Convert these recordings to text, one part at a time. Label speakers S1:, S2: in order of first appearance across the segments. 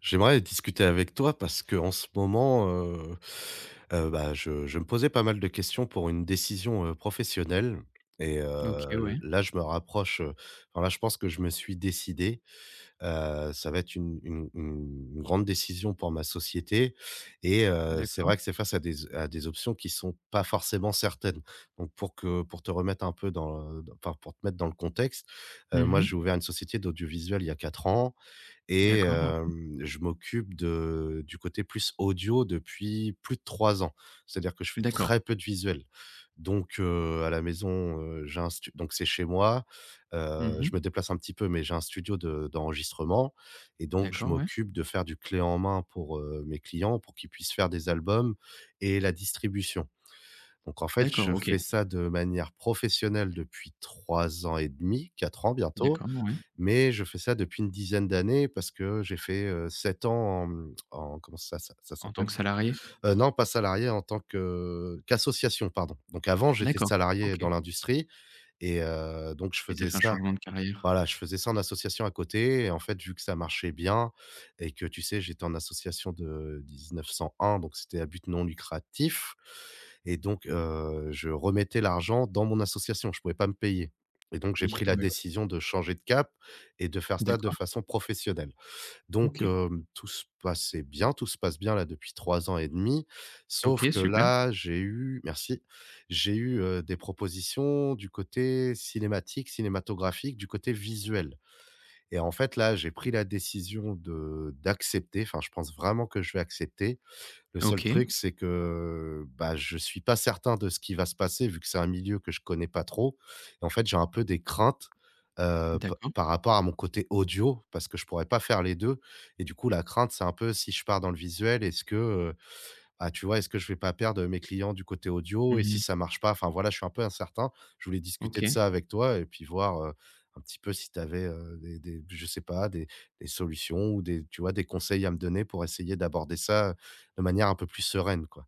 S1: J'aimerais discuter avec toi parce que en ce moment, bah, je me posais pas mal de questions pour une décision, professionnelle et
S2: OK,
S1: l
S2: ouais,
S1: là, je me rapproche, enfin, là, je pense que je me suis décidé. Ça va être une grande décision pour ma société et c'est
S2: d'accord.
S1: vrai que c'est face à des options qui sont pas forcément certaines. Donc pour te remettre un peu dans, d enfin, pour te mettre dans le contexte,
S2: Mmh
S1: moi,
S2: mh.
S1: j'ai ouvert une société d'audiovisuel il y a 4 ans et
S2: D'accord, OK.
S1: je m'occupe de du côté plus audio depuis plus de 3 ans. C'est-à-dire que je fais
S2: D'accord.
S1: très peu de visuel. Donc à la maison, j'ai un stu donc c'est chez moi,
S2: Mmh
S1: je
S2: mh.
S1: me déplace un petit peu, mais j'ai un studio de d'enregistrement et donc je
S2: D'accord, ouais.
S1: m'occupe de faire du clé en main pour, mes clients, pour qu'ils puissent faire des albums et la distribution. Donc en fait,
S2: D'accord,
S1: je
S2: OK.
S1: fais ça de manière professionnelle depuis 3 ans et demi, 4 ans bientôt,
S2: D'accord, ouais.
S1: mais je fais ça depuis une dizaine d'années parce que j'ai fait, 7 ans en, en comment ça
S2: En tant
S1: s'appelle?
S2: que salarié?
S1: Non, pas salarié, en tant que qu'association, pardon. Donc avant, j'étais
S2: D'accord,
S1: salarié
S2: OK.
S1: dans l'industrie et donc je
S2: Et tu as
S1: faisais
S2: fait un
S1: ça,
S2: changement de carrière?
S1: voilà, je faisais ça en association à côté et en fait, vu que ça marchait bien et que, tu sais, j'étais en association de 1901, donc c'était à but non lucratif et donc je remettais l'argent dans mon association, je pouvais pas me payer et donc j'ai
S2: Oui,
S1: pris
S2: ouais,
S1: la
S2: ouais.
S1: décision de changer de cap et de faire ça de
S2: D'accord,
S1: façon professionnelle. Donc,
S2: OK.
S1: tout se passait bien, tout se passe bien là depuis 3 ans et demi. Sauf
S2: OK,
S1: que
S2: super.
S1: là, j'ai eu merci, j'ai eu, des propositions du côté cinématique, cinématographique, du côté visuel. Et en fait là, j'ai pris la décision de d'accepter, enfin je pense vraiment que je vais accepter. Le seul
S2: OK,
S1: truc, c'est que, bah, je suis pas certain de ce qui va se passer vu que c'est un milieu que je connais pas trop et en fait, j'ai un peu des craintes, p
S2: d'accord.
S1: par rapport à mon côté audio parce que je pourrais pas faire les 2. Et du coup, la crainte, c'est un peu si je pars dans le visuel, ah, tu vois, est-ce que je vais pas perdre mes clients du côté audio? Et
S2: Mmh
S1: si ça
S2: mh.
S1: marche pas? Enfin voilà, je suis un peu incertain. Je voulais
S2: OK.
S1: discuter de ça avec toi et puis voir, un petit peu si tu avais des, je sais pas, des solutions ou des tu vois, des conseils à me donner pour essayer d'aborder ça de manière un peu plus sereine, quoi.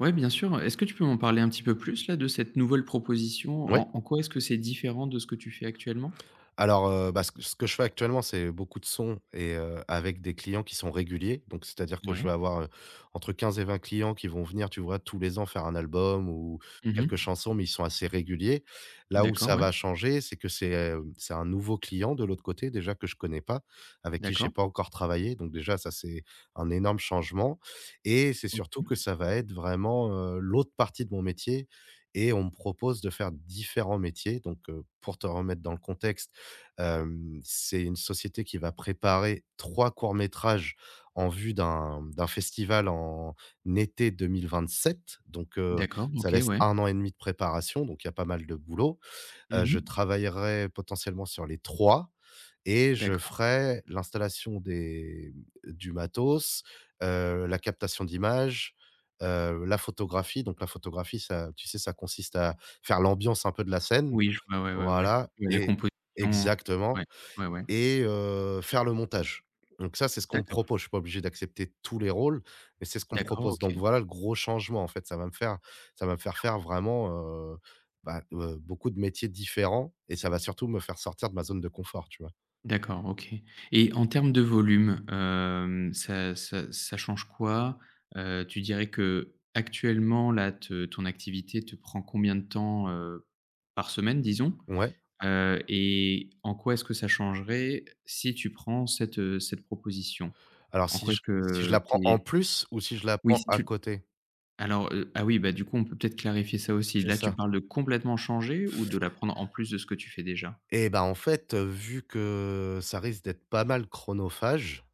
S2: Ouais, bien sûr. Est-ce que tu peux m'en parler un petit peu plus là de cette nouvelle proposition?
S1: Ouais.
S2: En quoi est-ce que c'est différent de ce que tu fais actuellement?
S1: Alors, bah, ce que je fais actuellement, c'est beaucoup de sons et avec des clients qui sont réguliers. Donc, c'est-à-dire que je
S2: Ouais.
S1: vais avoir, entre 15 et 20 clients qui vont venir, tu vois, tous les ans faire un album ou
S2: Mmh mh.
S1: quelques chansons, mais ils sont assez réguliers. Là où
S2: D'accord,
S1: ça
S2: ouais.
S1: va changer, c'est que c'est un nouveau client de l'autre côté, déjà que je connais pas, avec qui j'ai
S2: D'accord.
S1: pas encore travaillé. Donc déjà, ça, c'est un énorme changement et c'est
S2: O
S1: surtout que ça va être vraiment, l'autre partie de mon métier et on me propose de faire différents métiers. Donc, pour te remettre dans le contexte, c'est une société qui va préparer 3 courts-métrages en vue d'un festival en été 2027, donc
S2: D'accord,
S1: ça
S2: OK,
S1: laisse
S2: ouais.
S1: un an et demi de préparation, donc il y a pas mal de boulot. Heu,
S2: Mmh
S1: je
S2: mh.
S1: travaillerai potentiellement sur les 3 et je
S2: D'accord.
S1: ferai l'installation des du matos, la captation d'images, la photographie. Donc la photographie, ça, tu sais, ça consiste à faire l'ambiance un peu de la scène.
S2: Oui, je vois, ouais, ouais, ouais.
S1: Voilà.
S2: Ouais, la
S1: Et
S2: composition, ouais,
S1: exactement.
S2: ouais, ouais.
S1: Et faire le montage. Donc ça, c'est ce qu'on me
S2: D'accord,
S1: propose. Je suis pas obligé d'accepter tous les rôles, mais c'est ce qu'on me
S2: d'accord,
S1: propose.
S2: OK.
S1: Donc voilà le gros changement, en fait. Ça va me faire faire vraiment, heu, bah, beaucoup de métiers différents et ça va surtout me faire sortir de ma zone de confort, tu vois?
S2: D'accord, OK, et en termes de volume, ça change quoi? Tu dirais qu'actuellement, là, te ton activité te prend combien de temps, par semaine, disons?
S1: Ouais.
S2: Et en quoi est-ce que ça changerait si tu prends cette proposition?
S1: Alors
S2: En quoi est-ce
S1: si je la
S2: que tu
S1: prends en
S2: es,
S1: plus ou si je la
S2: oui,
S1: prends
S2: si
S1: à
S2: tu.
S1: côté?
S2: Alors, ah oui, bah, du coup, on peut peut-être clarifier ça aussi.
S1: C'est
S2: Là, tu
S1: ça.
S2: parles de complètement changer ou de la prendre en plus de ce que tu fais déjà?
S1: Et ben en fait, vu que ça risque d'être pas mal chronophage.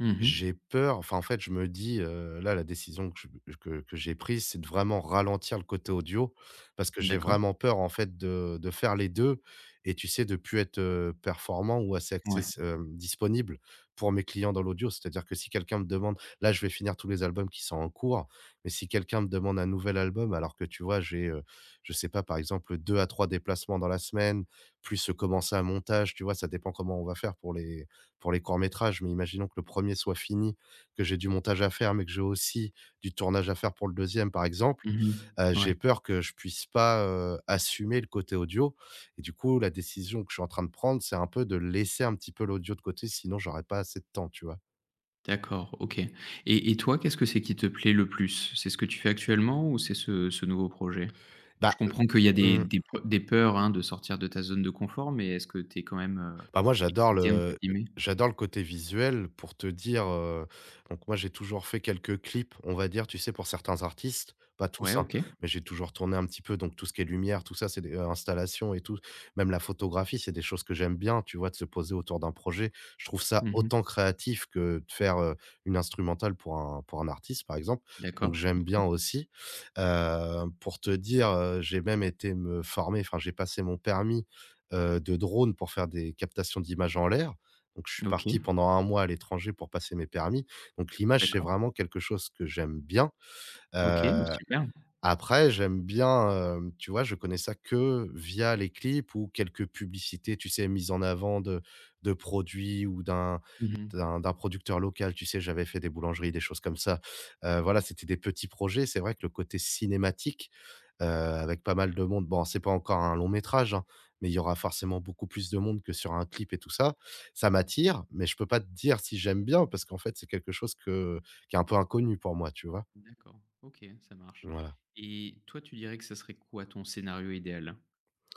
S2: Mmh mh.
S1: J'ai peur, enfin, en fait, je me dis, là, la décision que je que j'ai prise, c'est de vraiment ralentir le côté audio parce que j'ai
S2: D'accord.
S1: vraiment peur, en fait, de faire les 2 et tu sais, de plus être, performant ou assez
S2: Ouais.
S1: disponible pour mes clients dans l'audio. C'est-à-dire que si quelqu'un me demande là, je vais finir tous les albums qui sont en cours, mais si quelqu'un me demande un nouvel album alors que, tu vois, j'ai, je sais pas, par exemple, 2 à 3 déplacements dans la semaine, plus, commencer un montage, tu vois? Ça dépend comment on va faire pour les courts-métrages, mais imaginons que le premier soit fini, que j'ai du montage à faire, mais que j'ai aussi du tournage à faire pour le deuxième, par exemple,
S2: Mmh mh. Ouais.
S1: j'ai peur que je puisse pas, assumer le côté audio et du coup, la décision que je suis en train de prendre, c'est un peu de laisser un petit peu l'audio de côté, sinon j'aurais pas assez de temps, tu vois?
S2: D'accord, OK. Et toi, qu'est-ce que c'est qui te plaît le plus? C'est ce que tu fais actuellement ou c'est ce nouveau projet? Je
S1: Bah.
S2: comprends qu'il y a des
S1: Mmh.
S2: des pe des peurs, hein, de sortir de ta zone de confort, mais est-ce que tu es quand même,
S1: Bah, moi,
S2: «excitée» entre guillemets?
S1: j'adore le côté visuel, pour te dire, donc moi, j'ai toujours fait quelques clips, on va dire, tu sais, pour certains artistes, pas tous,
S2: Ouais,
S1: hein,
S2: OK.
S1: mais j'ai toujours tourné un petit peu, donc tout ce qui est lumière, tout ça, c'est des, installations et tout. Même la photographie, c'est des choses que j'aime bien, tu vois? De se poser autour d'un projet. Je trouve ça
S2: Mmh mh.
S1: autant créatif que de faire, une instrumentale pour un artiste, par exemple, donc
S2: D'accord.
S1: j'aime bien aussi. Pour te dire, j'ai même été me former, enfin, j'ai passé mon permis, de drones pour faire des captations d'images en l'air. Donc je suis
S2: OK.
S1: parti pendant un mois à l'étranger pour passer mes permis. Donc l'image, c'est
S2: D'accord.
S1: vraiment quelque chose que j'aime bien.
S2: OK,
S1: Heu,
S2: super.
S1: après j'aime bien, tu vois, je connais ça que via les clips ou quelques publicités, tu sais, mises en avant de produits ou
S2: Mmh mh.
S1: d'un producteur local. Tu sais, j'avais fait des boulangeries, des choses comme ça. Voilà,
S2: D'accord,
S1: c'était des petits projets. C'est vrai que le côté cinématique, avec pas mal
S2: OK, ouais.
S1: de monde. Bon, c'est pas encore un long métrage, hein, mais il y aura forcément beaucoup plus de monde que sur un clip et tout ça. Ça
S2: Ouais.
S1: m'attire, mais je peux pas te dire si j'aime bien parce qu'en fait, c'est quelque chose que qui est un peu inconnu pour moi, tu vois?
S2: D'accord, OK, ça marche,
S1: Voilà.
S2: et toi, tu dirais que ça serait quoi ton scénario idéal?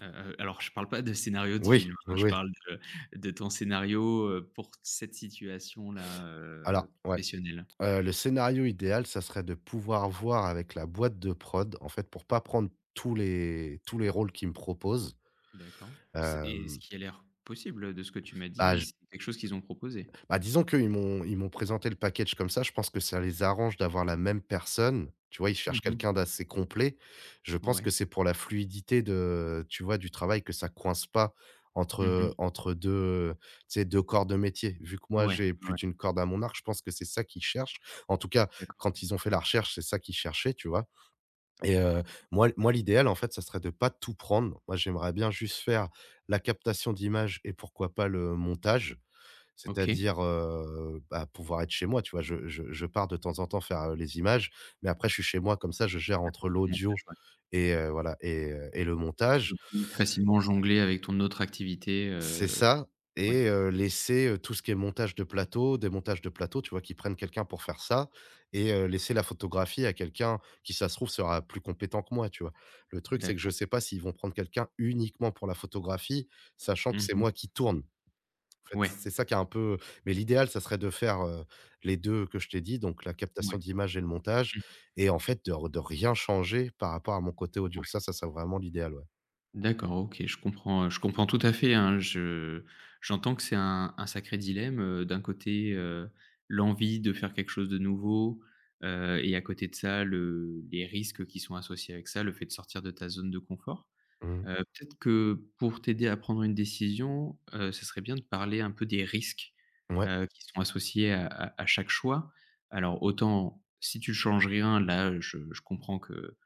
S2: Heu alors, je parle pas de scénario de
S1: Oui,
S2: film, hein,
S1: oui,
S2: je
S1: oui.
S2: parle de ton scénario, pour cette situation-là,
S1: Alors ouais,
S2: professionnelle.
S1: le scénario idéal, ça serait de pouvoir voir avec la boîte de prod, en fait, pour pas prendre tous les rôles qu'ils me proposent,
S2: D'accord. C Et ce
S1: hem,
S2: qui a l'air possible, de ce que tu m'as
S1: bah.
S2: dit, c'est quelque chose qu'ils ont proposé?
S1: Bah, disons qu'ils m'ont ils m'ont présenté le package comme ça, je pense que ça les arrange d'avoir la même personne. Tu vois, ils cherchent
S2: Mmh.
S1: quelqu'un d'assez complet. Je pense
S2: Ouais.
S1: que c'est pour la fluidité de, tu vois, du travail, que ça coince pas
S2: Mmh.
S1: entre, 2, tu sais, 2 corps de métier. Vu que moi,
S2: Ouais,
S1: j'ai plus
S2: ouais,
S1: d'une corde à mon arc, je pense que c'est ça qu'ils cherchent. En tout cas,
S2: d'accord.
S1: quand ils ont fait la recherche, c'est ça qu'ils cherchaient, tu vois? Et moi, l'idéal, en fait, ça serait de pas tout prendre. Moi, j'aimerais bien juste faire la captation d'images et pourquoi pas le montage.
S2: OK.
S1: C'est-à-dire, bah, pouvoir être chez moi, tu vois? Je pars de temps en temps faire, les images, mais après je suis chez moi comme ça je gère
S2: Ouais,
S1: entre
S2: pour faire le
S1: l'audio
S2: montage, ouais,
S1: et, voilà, et le
S2: et tu peux
S1: montage.
S2: plus facilement jongler avec ton autre activité,
S1: C'est ça,
S2: ouais,
S1: et laisser, tout ce qui est montage de plateau, démontage de plateau, tu vois? Qu'ils prennent quelqu'un pour faire ça, et laisser la photographie à quelqu'un qui, ça se trouve, sera plus compétent que moi, tu vois? Le truc, c'est que je
S2: d'accord.
S1: sais pas s'ils vont prendre quelqu'un uniquement pour la photographie, sachant que c'est
S2: Mmh.
S1: moi qui tourne. En fait,
S2: Ouais,
S1: c'est ça qui est un peu, mais l'idéal, ça serait de faire, les 2 que je t'ai dit, donc la
S2: ouais.
S1: captation d'image et le montage
S2: Mmh.
S1: et en fait de rien changer par rapport à mon côté audio. Ça serait vraiment l'idéal, ouais.
S2: D'accord, OK, je comprends tout à fait, hein. Je j'entends que c'est un sacré dilemme, d'un côté, l'envie de faire quelque chose de nouveau, et à côté de ça, le les risques qui sont associés avec ça, le fait de sortir de ta zone de confort.
S1: Mmh.
S2: Peut-être que pour t'aider à prendre une décision, ce serait bien de parler un peu des risques,
S1: Ouais.
S2: qui sont associés à chaque choix. Alors, autant si tu ne changes rien, là, je comprends que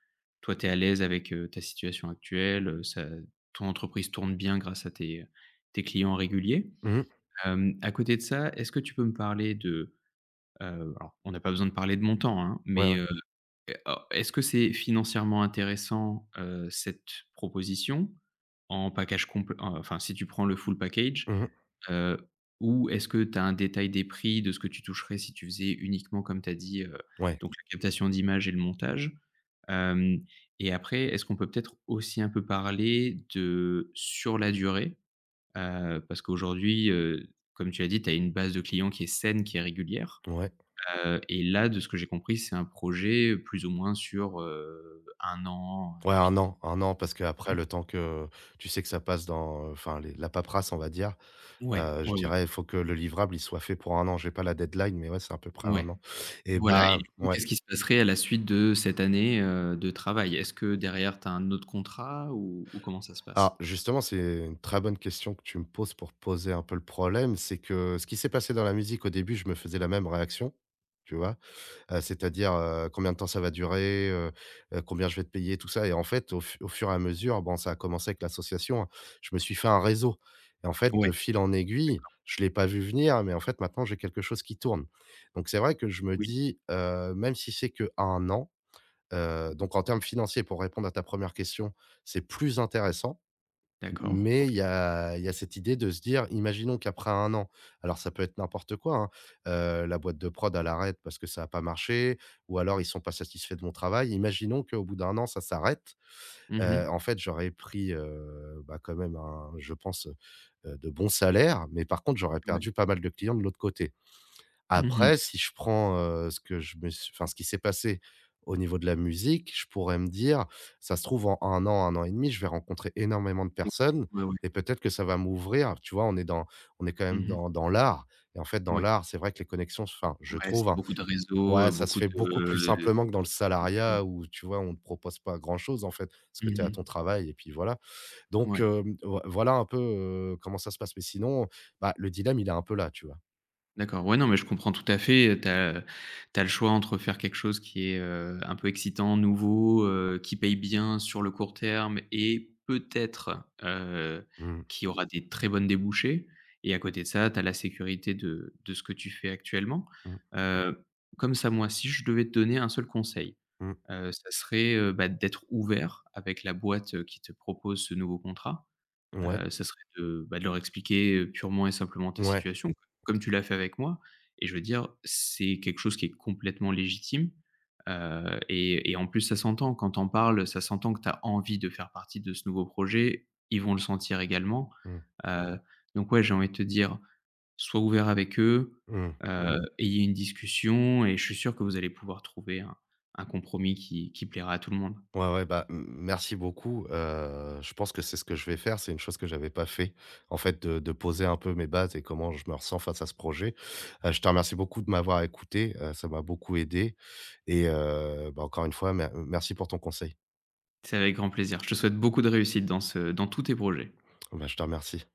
S2: toi, tu es à l'aise avec, ta situation actuelle, ça ton entreprise tourne bien grâce à tes clients réguliers.
S1: Mmh.
S2: À côté de ça, est-ce que tu peux me parler de, alors on n'a pas besoin de parler de montant, hein,
S1: Ouais,
S2: mais,
S1: ouais.
S2: et a est-ce que c'est financièrement intéressant, cette proposition en package complet, enfin, si tu prends le full package,
S1: Mmh.
S2: heu, ou est-ce que tu as un détail des prix de ce que tu toucherais si tu faisais uniquement comme tu as dit,
S1: Ouais,
S2: donc la captation d'image et le montage? Hem, et après, est-ce qu'on peut peut-être aussi un peu parler de sur la durée? Parce qu'aujourd'hui, comme tu l'as dit, tu as une base de clients qui est saine, qui est régulière.
S1: ouais.
S2: Et là, de ce que j'ai compris, c'est un projet plus ou moins sur, un an, un
S1: Ouais,
S2: an et
S1: 1
S2: demi.
S1: an, un an parce que après le temps que tu sais que ça passe dans, enfin les la paperasse, on va dire,
S2: Ouais,
S1: je
S2: ouais, ouais,
S1: dirais, il faut que le livrable, il soit fait pour un an. J'ai pas la deadline, mais ouais, c'est à peu près
S2: ouais, ouais.
S1: un an. Et
S2: Voilà, et
S1: bah
S2: du coup,
S1: ouais.
S2: qu'est-ce qui se passerait à la suite de cette année, de travail? Est-ce que derrière tu as un autre contrat ou comment ça se passe?
S1: Alors justement, c'est une très bonne question que tu me poses pour poser un peu le problème. C'est que ce qui s'est passé dans la musique, au début, je me faisais la même réaction, tu vois? C'est-à-dire, combien de temps ça va durer, combien je vais te payer, tout ça. Et en fait, au fur et à mesure, bon, ça a commencé avec l'association, hein, je me suis fait un réseau et en fait,
S2: Ouais,
S1: de fil en aiguille, je l'ai pas vu venir, mais en fait, maintenant, j'ai quelque chose qui tourne. Donc c'est vrai que je me
S2: oui,
S1: dis, même si c'est que un an, donc en termes financiers, pour répondre à ta première question, c'est plus intéressant,
S2: d'accord,
S1: mais
S2: OK.
S1: il y a cette idée de se dire, imaginons qu'après un an, alors ça peut être n'importe quoi, hein, la boîte de prod, elle arrête parce que ça a pas marché ou alors ils sont pas satisfaits de mon travail. Imaginons qu'au bout d'un an, ça s'arrête. Heu,
S2: Mhm.
S1: en fait, j'aurais pris, bah, quand même un, je pense, de bons salaires, mais par contre, j'aurais
S2: Ouais.
S1: perdu pas mal de clients de l'autre côté.
S2: Mhm.
S1: Après, si je prends, ce que je me suis, enfin, ce qui s'est passé au niveau de la musique, je pourrais me dire: «Ça se trouve en un an et demi, je vais rencontrer énormément de personnes
S2: Ouais, ouais, ouais.
S1: et peut-être que ça va m'ouvrir». Tu vois? On est quand même
S2: Mmh.
S1: dans, dans l'art, et en fait, dans
S2: Ouais,
S1: l'art, c'est vrai que les connexions enfin, je
S2: ouais,
S1: trouve,
S2: c'est
S1: hein,
S2: beaucoup de réseaux,
S1: ouais, ça se
S2: beaucoup
S1: fait beaucoup plus
S2: de
S1: simplement que dans le
S2: tour ton bouc.
S1: salariat où, tu vois, on ne te propose pas grand-chose, en fait, parce que tu es à ton
S2: Mmh.
S1: travail et puis voilà. Donc,
S2: Ouais.
S1: voilà un peu, comment ça se passe. Mais sinon, bah, le dilemme, il est un peu là, tu vois?
S2: D'accord, ouais, non, mais je comprends tout à fait. Tu as le choix entre faire quelque chose qui est, un peu excitant, nouveau, qui paye bien sur le court terme et peut-être,
S1: Mmh,
S2: qui aura des très bonnes débouchés, et à côté de ça, tu as la sécurité de ce que tu fais actuellement.
S1: mmh,
S2: Heu, Comme ça, moi, si je devais te donner un seul conseil,
S1: mmh,
S2: ça serait, bah, d'être ouvert avec la boîte, qui te propose ce nouveau contrat.
S1: ouais.
S2: Ça serait de, bah, de leur expliquer, purement et simplement, ta
S1: Ouais.
S2: situation, comme tu l'as fait avec moi, et je veux dire, c'est quelque chose qui est complètement légitime, et en plus ça s'entend quand tu en parles, ça s'entend que tu as envie de faire partie de ce nouveau projet. Ils vont le sentir également,
S1: Mmh.
S2: heu, donc ouais, j'ai envie de te dire, sois ouvert avec eux,
S1: Mmh.
S2: ayez une discussion et je suis sûr que vous allez pouvoir trouver un compromis qui plaira à tout le monde.
S1: Ouais, ouais, bah, m merci beaucoup, je pense que c'est ce que je vais faire. C'est une chose que j'avais pas fait, en fait, de poser un peu mes bases et comment je me ressens face à ce projet. Je te remercie beaucoup de m'avoir écouté, ça m'a beaucoup aidé et bah, encore une fois, merci pour ton conseil.
S2: C'est avec grand plaisir. Je te souhaite beaucoup de réussite dans tous tes projets.
S1: Bah, je te remercie.